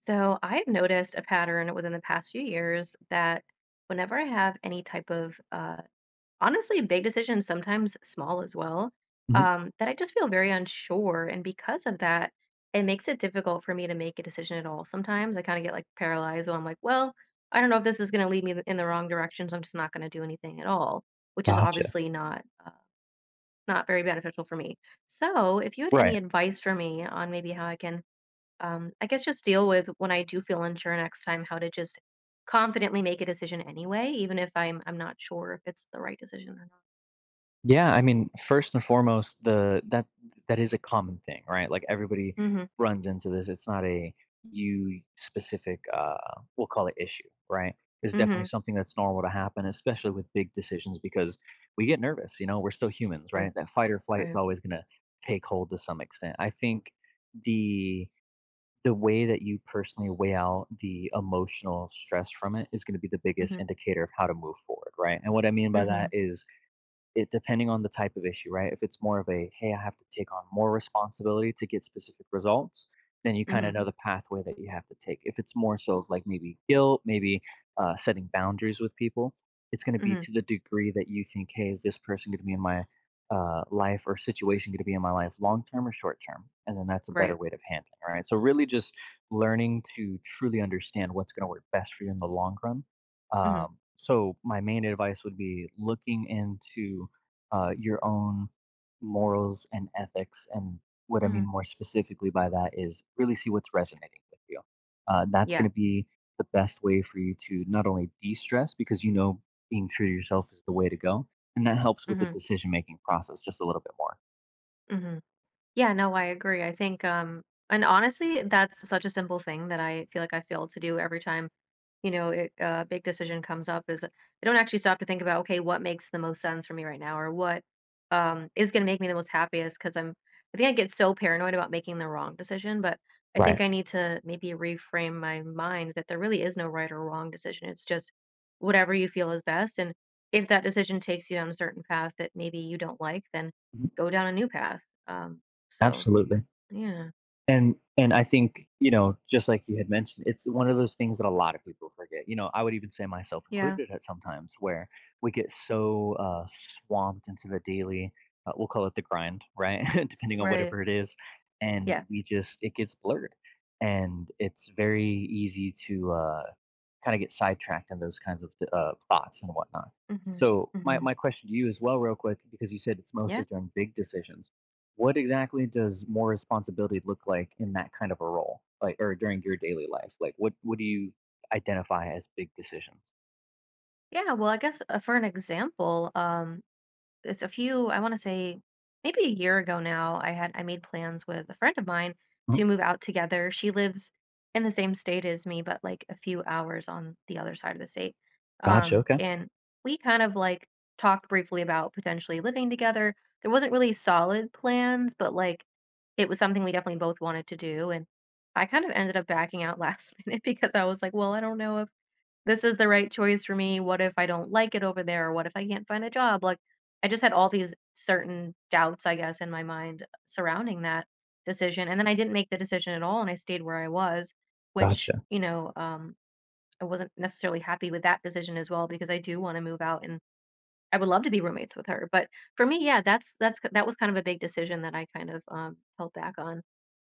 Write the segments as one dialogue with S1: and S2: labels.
S1: So I've noticed a pattern within the past few years that whenever I have any type of, honestly, big decisions, sometimes small as well,
S2: Mhm.
S1: that I just feel very unsure. And because of that, it makes it difficult for me to make a decision at all. Sometimes I kind of get like paralyzed where I'm like, well, I don't know if this is going to lead me in the wrong direction, so I'm just not going to do anything at all, which is
S2: Gotcha.
S1: obviously not not very beneficial for me. So, if you had any
S2: Right.
S1: advice for me on maybe how I can I guess just deal with when I do feel unsure next time how to just confidently make a decision anyway, even if I'm not sure if it's the right decision or not.
S2: Yeah, I mean, first and foremost, the that that is a common thing, right? Like everybody
S1: Mm-hmm.
S2: runs into this. It's not a you specific we'll call it issue, right? It's definitely
S1: Mm-hmm.
S2: something that's normal to happen, especially with big decisions because we get nervous, you know, we're still humans,
S1: Right.
S2: right? That fight or flight is
S1: Right.
S2: always gonna take hold to some extent. I think the the way that you personally weigh out the emotional stress from it is going to be the biggest
S1: Mm-hmm.
S2: indicator of how to move forward, right? And what I mean by
S1: Mm-hmm.
S2: that is it depending on the type of issue, right? If it's more of a, "Hey, I have to take on more responsibility to get specific results," then you
S1: Mm-hmm.
S2: kinda know the pathway that you have to take. If it's more so of, like, maybe guilt, maybe, setting boundaries with people, it's gonna be
S1: Mm-hmm.
S2: to the degree that you think, "Hey, is this person gonna be in my, life or situation gonna be in my life long term or short term?" And then that's a better
S1: Right.
S2: way of handling, right? So really just learning to truly understand what's gonna work best for you in the long run.
S1: Mm-hmm.
S2: So my main advice would be looking into your own morals and ethics. And what I
S1: Mm-hmm.
S2: mean more specifically by that is really see what's resonating with you. That's
S1: Yeah.
S2: going to be the best way for you to not only de stress, because you know being true to yourself is the way to go. And that helps with the
S1: Mm-hmm.
S2: decision making process just a little bit more.
S1: Mm-hmm. Yeah. No, I agree. I think and honestly, that's such a simple thing that I feel like I fail to do every time it, a big decision comes up is I don't actually stop to think about, okay, what makes the most sense for me right now or what is going to make me the most happiest? Because I'm, I think I get so paranoid about making the wrong decision, but I
S2: Right.
S1: think I need to maybe reframe my mind that there really is no right or wrong decision. It's just whatever you feel is best. And if that decision takes you down a certain path that maybe you don't like, then
S2: Mhm.
S1: go down a new path. Um, so
S2: Absolutely.
S1: yeah,
S2: And I think, you know, just like you had mentioned, it's one of those things that a lot of people forget. You know, I would even say myself
S1: yeah,
S2: included at sometimes, where we get so swamped into the daily we'll call it the grind, right? Depending on
S1: right.
S2: whatever it is,
S1: Yeah.
S2: and we just it gets blurred, and it's very easy to kind of get sidetracked in those kinds of thoughts and whatnot.
S1: Hmm.
S2: So my,
S1: Hmm.
S2: my question to you as well, real quick, because you said it's
S1: Yeah.
S2: mostly during big decisions, what exactly does more responsibility look like in that kind of a role? Like, or during your daily life? Like, what do you identify as big decisions?
S1: Yeah, well, I guess for an example, it's a few, I want to say maybe a year ago now, I made plans with a friend of mine
S2: Mhm.
S1: to move out together. She lives in the same state as me, but like a few hours on the other side of the state.
S2: Gotcha,
S1: Um,
S2: okay,
S1: and we kind of like talked briefly about potentially living together. There wasn't really solid plans, but like it was something we definitely both wanted to do. And I kind of ended up backing out last minute because I was like, well, I don't know if this is the right choice for me. What if I don't like it over there? Or what if I can't find a job? Like, I just had all these certain doubts, I guess, in my mind surrounding that decision. And then I didn't make the decision at all and I stayed where I was, which,
S2: gotcha.
S1: you know, I wasn't necessarily happy with that decision as well because I do want to move out and I would love to be roommates with her. But for me, yeah, that's that was kind of a big decision that I kind of held back on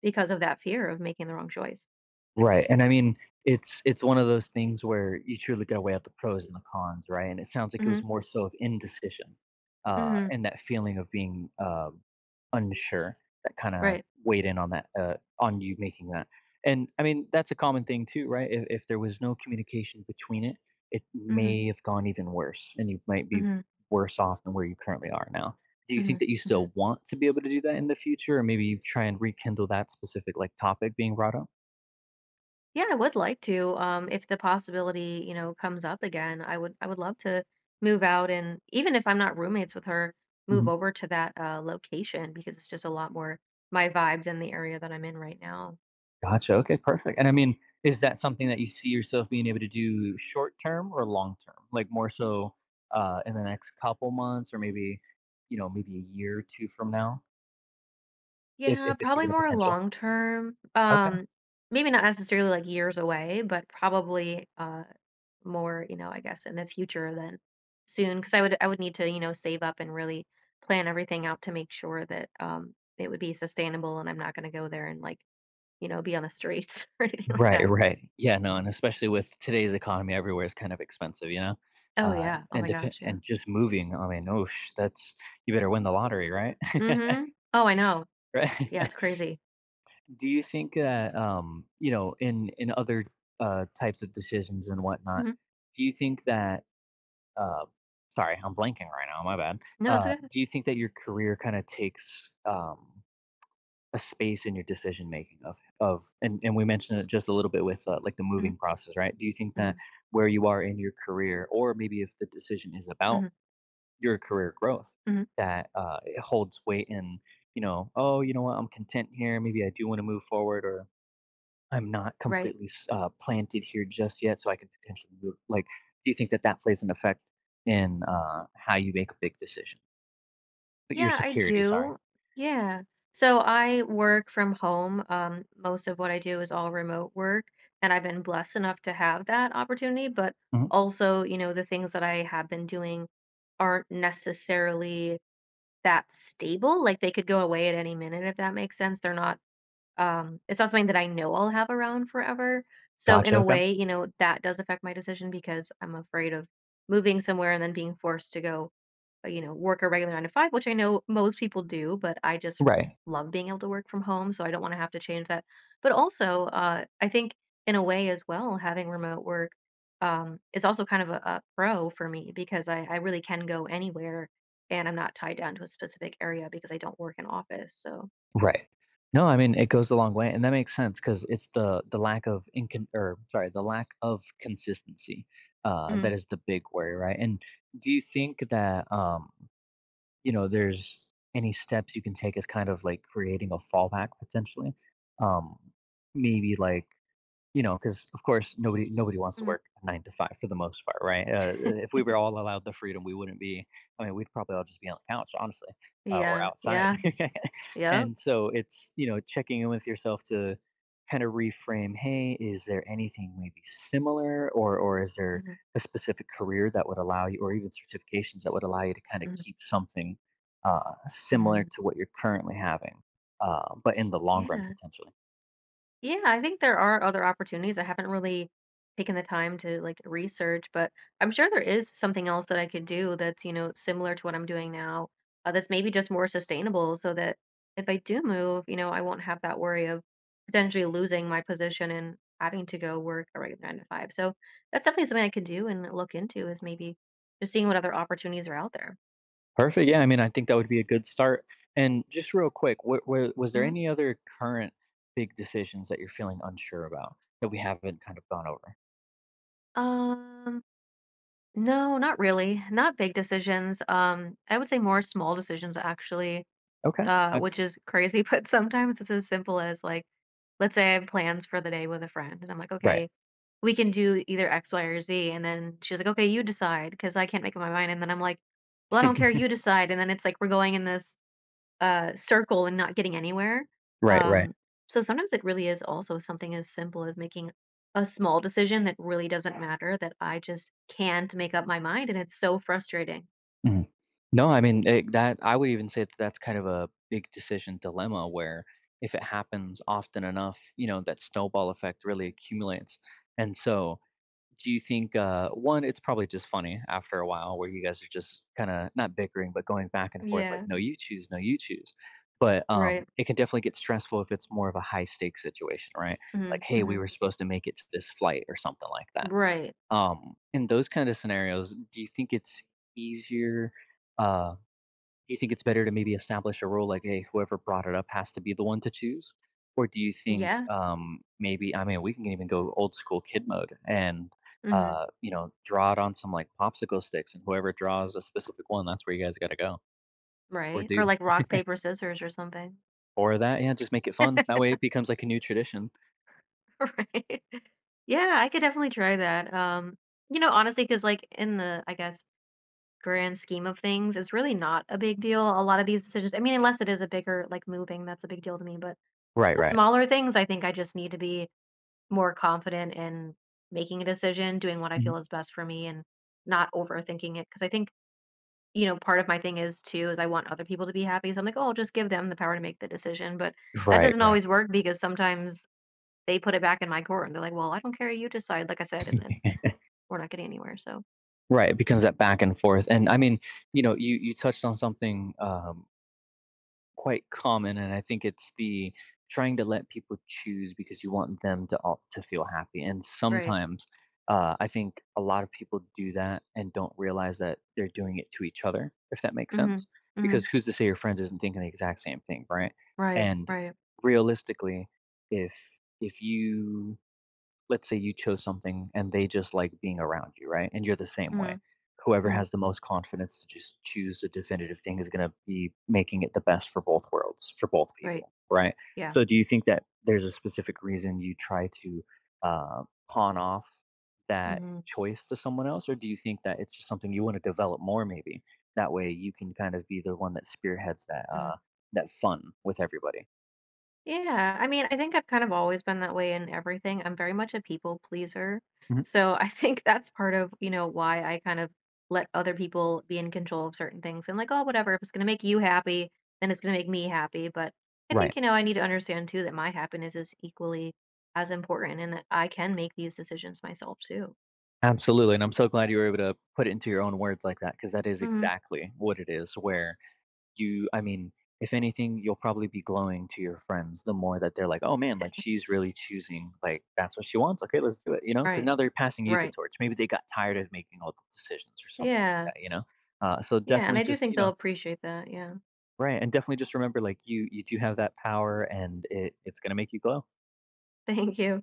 S1: because of that fear of making the wrong choice.
S2: Right, and I mean, it's one of those things where you truly gotta weigh out the pros and the cons, right? And it sounds like it
S1: Mhm.
S2: was more so of indecision,
S1: Mhm.
S2: and that feeling of being, unsure, that kinda
S1: Right.
S2: weighed in on that, on you making that. And, I mean, that's a common thing too, right? If there was no communication between it, it
S1: Mhm.
S2: may have gone even worse, and you might be
S1: Mhm.
S2: worse off than where you currently are now. Do you think
S1: Mhm.
S2: that you still
S1: Mhm.
S2: want to be able to do that in the future, or maybe you try and rekindle that specific, like, topic being brought up?
S1: Yeah, I would like to. If the possibility, you know, comes up again, I would love to move out and even if I'm not roommates with her, move
S2: Mhm.
S1: over to that location because it's just a lot more my vibe than the area that I'm in right now.
S2: Gotcha. Okay, perfect. And I mean, is that something that you see yourself being able to do short term or long term? Like more so in the next couple months, or maybe, you know, maybe a year or two from now, if,
S1: Yeah,
S2: if it's
S1: probably
S2: even a
S1: more
S2: potential.
S1: long term.
S2: Okay.
S1: Maybe not necessarily like years away, but probably more, you know, I guess in the future than soon because I would need to, you know, save up and really plan everything out to make sure that it would be sustainable and I'm not going to go there and like you know, be on the streets or anything like
S2: Right,
S1: that.
S2: right. Yeah, no, and especially with today's economy, everywhere is kind of expensive, you know?
S1: Oh, yeah. Oh
S2: And
S1: my
S2: dep-
S1: gosh, yeah.
S2: and just moving, I mean, oh, sh- that's you better win the lottery, right?
S1: Mhm. Oh, I know. Yeah,
S2: Right.
S1: it's crazy.
S2: Do you think that you know, in other types of decisions and whatnot,
S1: Mhm.
S2: do you think that uh sorry, I'm blanking right now, my bad.
S1: No, it's
S2: Uh,
S1: okay.
S2: do you think that your career kind of takes a space in your decision making of and, we mentioned it just a little bit with like the
S1: Mhm,
S2: moving process, right? Do you think that
S1: mhm,
S2: where you are in your career, or maybe if the decision is about
S1: mhm,
S2: your career growth,
S1: mhm.
S2: that it holds weight in, you know, oh, you know what, I'm content here. Maybe I do want to move forward, or I'm not
S1: Right.
S2: completely s planted here just yet, so I could potentially move, like, do you think that that plays an effect in, how you make a big decision? But your
S1: Yeah, I
S2: security, sorry.
S1: do. Yeah. So I work from home, most of what I do is all remote work, and I've been blessed enough to have that opportunity, but
S2: Mhm.
S1: also, you know, the things that I have been doing aren't necessarily that stable, like, they could go away at any minute, if that makes sense, they're not. It's not something that I know I'll have around forever. So in
S2: Gotcha,
S1: a
S2: okay.
S1: way, you know, that does affect my decision because I'm afraid of moving somewhere and then being forced to go, you know, work a regular 9 to 5, which I know most people do, but I just
S2: Right,
S1: love being able to work from home. So I don't want to have to change that. But also, I think in a way as well, having remote work is also kind of a pro for me because I really can go anywhere and I'm not tied down to a specific area because I don't work in office. So,
S2: right. No, I mean, it goes a long way, and that makes sense because it's the lack of incon or sorry, the lack of consistency,
S1: mhm,
S2: that is the big worry, right? And do you think that, you know, there's any steps you can take as kind of, like, creating a fallback potentially? Um, maybe, like, you know, because, of course, nobody wants to
S1: mhm.
S2: work a 9 to 5 for the most part, right? If we were all allowed the freedom, we wouldn't be I mean, we'd probably all just be on the couch, honestly, or
S1: Yeah,
S2: outside.
S1: yeah, yep.
S2: And so it's, you know, checking in with yourself to kinda reframe, "Hey, is there anything maybe similar, or is there
S1: Mhm,
S2: a specific career that would allow you, or even certifications that would allow you to kinda
S1: mhm,
S2: keep something, similar
S1: mhm.
S2: to what you're currently having, but in the long run,
S1: Yeah.
S2: potentially?"
S1: Yeah, I think there are other opportunities. I haven't really taken the time to like research, but I'm sure there is something else that I could do that's, you know, similar to what I'm doing now, that's maybe just more sustainable so that if I do move, you know, I won't have that worry of potentially losing my position and having to go work a regular 9 to 5. So that's definitely something I could do and look into is maybe just seeing what other opportunities are out there.
S2: Perfect. Yeah, I mean, I think that would be a good start. And just real quick, was there
S1: Mhm.
S2: any other current big decisions that you're feeling unsure about that we haven't kind of gone over?
S1: Um No, not really. Not big decisions. I would say more small decisions actually,
S2: Okay. I,
S1: which is crazy, but sometimes it's as simple as like, let's say I have plans for the day with a friend, and I'm like,
S2: right.
S1: okay, we can do either X, Y, or Z. And then she's like, okay, you decide, because I can't make up my mind. And then I'm like, well, I don't care, you decide. And then it's like we're going in this circle and not getting anywhere.
S2: Right. Right.
S1: Um, so sometimes it really is also something as simple as making a small decision that really doesn't matter that I just can't make up my mind, and it's so frustrating.
S2: Mhm. No, I mean it, that. I would even say that that's kind of a big decision dilemma where, if it happens often enough, you know, that snowball effect really accumulates. And so do you think, one, it's probably just funny after a while where you guys are just kinda not bickering, but going back and forth like,
S1: Yeah.
S2: "No, you choose. No, you choose." But,
S1: Right.
S2: it can definitely get stressful if it's more of a high stakes situation, right?
S1: Hmm.
S2: Like, "Hey, we
S1: Hmm.
S2: were supposed to make it to this flight," or something like that.
S1: Right.
S2: In those kinda scenarios, do you think it's easier, uh do you think it's better to maybe establish a rule like, hey, whoever brought it up has to be the one to choose? Or do you think
S1: Yeah.
S2: maybe, I mean, we can even go old school kid mode and,
S1: Hmm.
S2: you know, draw it on some like popsicle sticks, and whoever draws a specific one, that's where you guys got to go or
S1: Right. Or
S2: do.
S1: like rock paper scissors or something.
S2: Or that, yeah, just make it fun. That way it becomes like a new tradition.
S1: Right. Yeah, I could definitely try that. You know, honestly, because like in the, I guess grand scheme of things, it's really not a big deal. A lot of these decisions I mean, unless it is a bigger like, moving, that's a big deal to me, but
S2: Right,
S1: the
S2: right.
S1: smaller things, I think I just need to be more confident in making a decision, doing what I
S2: Mhm.
S1: feel is best for me, and not overthinking it. Because I think, you know, part of my thing is too, is I want other people to be happy, so I'm like, "Oh, I'll just give them the power to make the decision," but that
S2: Right,
S1: doesn't
S2: right.
S1: always work because sometimes they put it back in my court, and they're like, "Well, I don't care, you decide," like I said, and then we're not getting anywhere, so
S2: Right, it becomes that back and forth. And I mean, you know, you touched on something quite common, and I think it's the trying to let people choose because you want them to all to feel happy, and
S1: right.
S2: sometimes, I think a lot of people do that and don't realize that they're doing it to each other, if that makes
S1: Mhm.
S2: sense, because
S1: Mhm.
S2: who's to say your friend isn't thinking the exact same thing, right?
S1: Right,
S2: And
S1: right.
S2: realistically, if if you let's say you chose something and they just like being around you, right? And you're the same way.
S1: Mhm.
S2: Whoever
S1: Mhm.
S2: has the most confidence to just choose a definitive thing is going to be making it the best for both worlds, for both
S1: Right.
S2: people, right?
S1: Yeah.
S2: So, do you think that there's a specific reason you try to uh, pawn off that
S1: Hmm.
S2: choice to someone else, or do you think that it's just something you want to develop more? Maybe that way you can kind of be the one that spearheads that
S1: Hmm.
S2: that fun with everybody.
S1: Yeah. I mean, I think I've kind of always been that way in everything. I'm very much a people pleaser.
S2: Mhm.
S1: So I think that's part of, you know, why I kind of let other people be in control of certain things and like, oh, whatever, if it's going to make you happy, then it's going to make me happy. But I
S2: Right.
S1: think, you know, I need to understand too that my happiness is equally as important and that I can make these decisions myself too.
S2: Absolutely, and I'm so glad you were able to put it into your own words like that, because that is
S1: Hmm.
S2: exactly what it is where you I mean, if anything, you'll probably be glowing to your friends the more that they're like, "Oh, man, like, she's really choosing, like, that's what she wants, okay, let's do it," you know. Because
S1: Right.
S2: now they're passing you the
S1: Right.
S2: torch. Maybe they got tired of making all the decisions or something
S1: Yeah.
S2: like that, you know? So
S1: Yeah. And
S2: definitely
S1: I do
S2: just,
S1: think
S2: you
S1: they'll
S2: know,
S1: appreciate that. Yeah.
S2: right, and definitely just remember, like, you do have that power, and it's gonna make you glow.
S1: Thank you.